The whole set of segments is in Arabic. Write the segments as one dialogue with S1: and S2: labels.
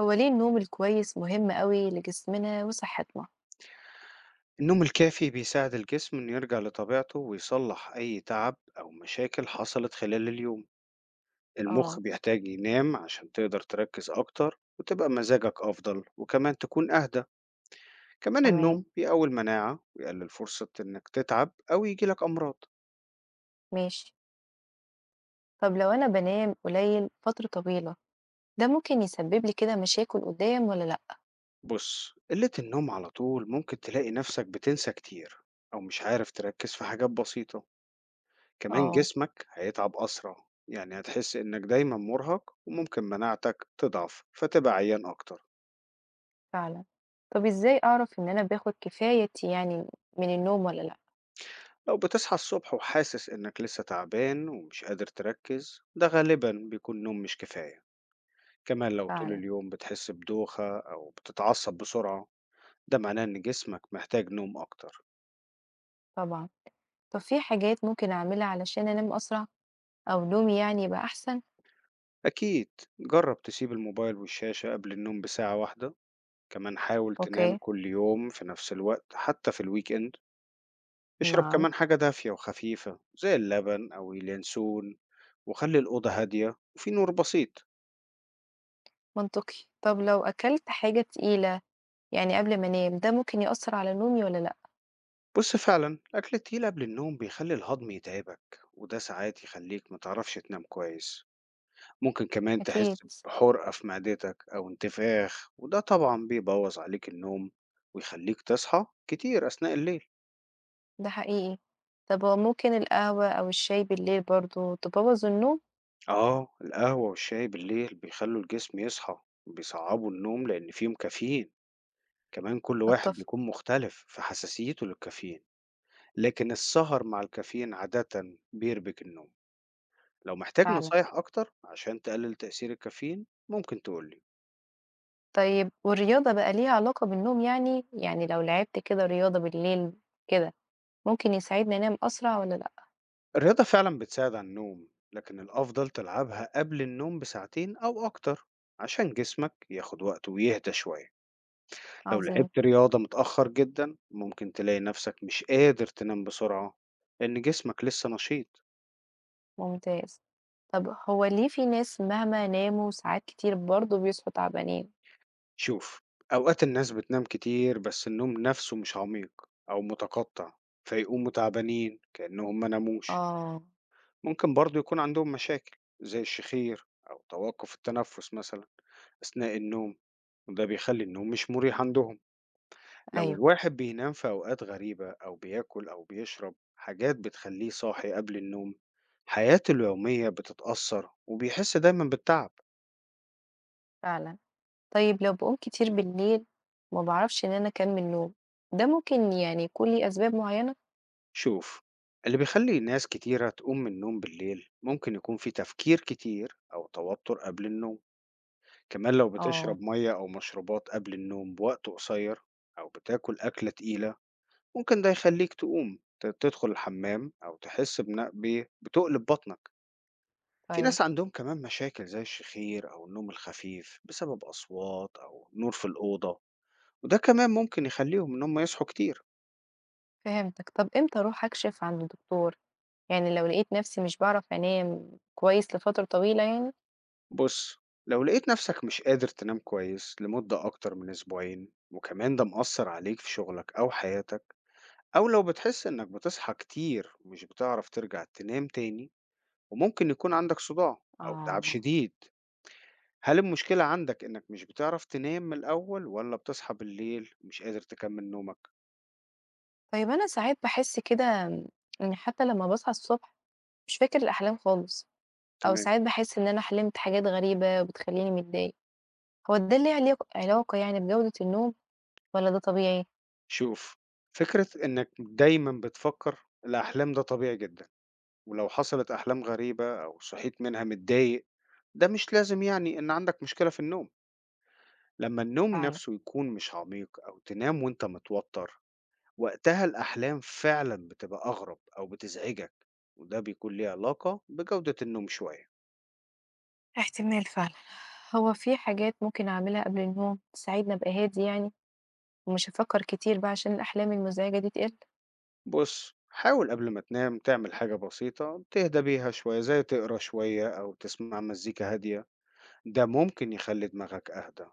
S1: هو ليه النوم الكويس مهم أوي لجسمنا وصحتنا؟
S2: النوم الكافي بيساعد الجسم إنه يرجع لطبيعته ويصلح أي تعب أو مشاكل حصلت خلال اليوم، المخ
S1: اه،
S2: بيحتاج ينام عشان تقدر تركز أكتر وتبقى مزاجك أفضل وكمان تكون أهدى، كمان
S1: تمام،
S2: النوم بيقوي المناعة ويقلل فرصة إنك تتعب أو يجيلك أمراض.
S1: ماشي. طب لو أنا بنام قليل فترة طويلة، ده ممكن يسبب لي كده مشاكل قدام ولا لأ؟
S2: بص، قلة النوم على طول ممكن تلاقي نفسك بتنسى كتير أو مش عارف تركز في حاجات بسيطة. كمان
S1: اه،
S2: جسمك هيتعب أسرع، يعني هتحس إنك دايما مرهق وممكن مناعتك تضعف فتبقى عيان أكتر.
S1: فعلا. طب إزاي أعرف إن أنا باخد كفايتي يعني من النوم ولا لأ؟
S2: لو بتصحى الصبح وحاسس إنك لسه تعبان ومش قادر تركز ده غالبا بيكون نوم مش كفاية، كمان لو طول
S1: فعلا،
S2: اليوم بتحس بدوخة أو بتتعصب بسرعة ده معناه إن جسمك محتاج نوم أكتر.
S1: طبعا. طب في حاجات ممكن أعملها علشان أنام أسرع أو نومي يعني يبقى أحسن؟
S2: أكيد، جرب تسيب الموبايل والشاشة قبل النوم بساعة واحدة، كمان حاول تنام
S1: اوكي،
S2: كل يوم في نفس الوقت حتى في الويك إند. اشرب
S1: نعم،
S2: كمان حاجة دافية وخفيفة زي اللبن أو اليانسون، وخلي الأوضة هادية وفي نور بسيط.
S1: منطقي. طب لو أكلت حاجة تقيلة يعني قبل ما أنام، ده ممكن يأثر على نومي ولا لأ؟
S2: بص، فعلا الأكل التقيل قبل النوم بيخلي الهضم يتعبك وده ساعات يخليك متعرفش تنام كويس، ممكن كمان
S1: أكيد.
S2: تحس بحرقة في معدتك أو انتفاخ وده طبعا بيبوظ عليك النوم ويخليك تصحى كتير أثناء الليل.
S1: ده حقيقي. طب هو ممكن القهوة أو الشاي بالليل برضه تبوّظ النوم؟
S2: آه، القهوة والشاي بالليل بيخلوا الجسم يصحى، بيصعبوا النوم لأن فيهم كافيين، كمان كل واحد
S1: أتّفق
S2: بيكون مختلف في حساسيته للكافيين. لكن السهر مع الكافيين عادةً بيربك النوم. لو محتاج
S1: فعلًا.
S2: نصايح أكتر عشان تقلل تأثير الكافيين ممكن تقول لي.
S1: طيب والرياضة بقى ليها علاقة بالنوم يعني؟ يعني لو لعبت كده رياضة بالليل كده، ممكن يساعدني أنام أسرع والّا لأ؟
S2: الرياضة فعلًا بتساعد على النوم، لكن الأفضل تلعبها قبل النوم بساعتين أو أكتر عشان جسمك ياخد وقته ويهدى شوية. لو
S1: عظيم،
S2: لعبت رياضة متأخر جدًا ممكن تلاقي نفسك مش قادر تنام بسرعة، لأن جسمك لسه نشيط.
S1: ممتاز. طب هو ليه في ناس مهما ناموا ساعات كتير برضه بيصحوا تعبانين؟
S2: شوف، أوقات الناس بتنام كتير بس النوم نفسه مش عميق أو متقطع فيقوموا تعبانين كأنهم ما ناموش.
S1: آه،
S2: ممكن برضو يكون عندهم مشاكل زي الشخير أو توقف التنفس مثلا أثناء النوم وده بيخلي النوم مش مريح عندهم. لو
S1: أيوه،
S2: الواحد بينام في أوقات غريبة أو بياكل أو بيشرب حاجات بتخليه صاحي قبل النوم حياته اليومية بتتأثر وبيحس دايما بالتعب.
S1: فعلًا. طيب لو باقوم كتير بالليل وما باعرفش إن أنا أكمّل نوم، ده ممكن يعني يكون ليه أسباب معيّنة؟
S2: شوف، اللي بيخلي ناس كتيرة تقوم من النوم بالليل ممكن يكون في تفكير كتير أو توتر قبل النوم، كمان لو
S1: آه،
S2: بتشرب مية أو مشروبات قبل النوم بوقت قصير أو بتاكل أكلة تقيلة ممكن ده يخليك تقوم تدخل الحمام أو تحس بتقلب بطنك. في
S1: طيب.
S2: ناس عندهم كمان مشاكل زي الشخير أو النوم الخفيف بسبب أصوات أو نور في الأوضة وده كمان ممكن يخليهم إن هم يصحوا كتير.
S1: فهمتك. طب إمتى أروح أكشف عند الدكتور؟ يعني لو لقيت نفسي مش باعرف أنام كويس لفترة طويلة يعني؟
S2: بُص، لو لقيت نفسك مش قادر تنام كويس لمدة أكتر من أسبوعين، وكمان ده مأثّر عليك في شغلك أو حياتك، أو لو بتحس إنك بتصحى كتير ومش بتعرف ترجع تنام تاني، وممكن يكون عندك صداع أو تعب
S1: آه.
S2: شديد، هل المشكلة عندك إنك مش بتعرف تنام من الأول والّا بتصحى بالليل ومش قادر تكمّل نومك؟
S1: طيب، أنا ساعات باحس كده إن حتى لما باصحى الصبح مش فاكر الأحلام خالص، أو
S2: تمام.
S1: ساعات باحس إن أنا حلمت حاجات غريبة وبتخلّيني متضايق. هو ده ليه علاقة يعني بجودة النوم والّا ده طبيعي؟
S2: شوف، فكرة إنك دايمًا بتفكّر الأحلام ده طبيعي جدًا. ولو حصلت أحلام غريبة أو صحيت منها متضايق ده مش لازم يعني إن عندك مشكلة في النوم. لما النوم
S1: فعلا،
S2: نفسه يكون مش عميق أو تنام وإنت متوتر وقتها الأحلام فعلا بتبقى أغرب أو بتزعجك، وده بيكون ليه علاقة بجودة النوم شوية.
S1: احتمال فعلًا. هو في حاجات ممكن أعملها قبل النوم تساعدني أبقى هادي يعني ومش هافكر كتير بقى عشان الأحلام المزعجة دي تقل؟
S2: بص، حاول قبل ما تنام تعمل حاجة بسيطة تهدى بيها شوية زي تقرا شوية أو تسمع مزيكا هادية، ده ممكن يخلي دماغك أهدى.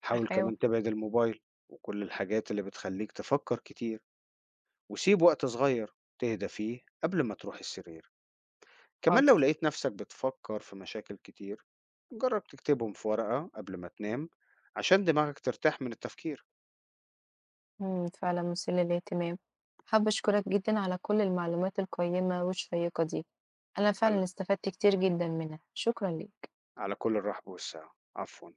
S2: حاول
S1: هاحاول.
S2: كمان تبعد الموبايل وكل الحاجات اللي بتخليك تفكر كتير، وسيب وقت صغير تهدى فيه قبل ما تروح السرير. كمان لو
S1: حاضر.
S2: لقيت نفسك بتفكر في مشاكل كتير جرب تكتبهم في ورقة قبل ما تنام عشان دماغك ترتاح من التفكير.
S1: فعلًا مثير للاهتمام. حابة أشكرك جدًا على كل المعلومات القيّمة والشيّقة دي، أنا
S2: على,
S1: فعلًا استفدت كتير جدًا منها، شكرًا ليك.
S2: على كل الرحب والسعة، عفوا.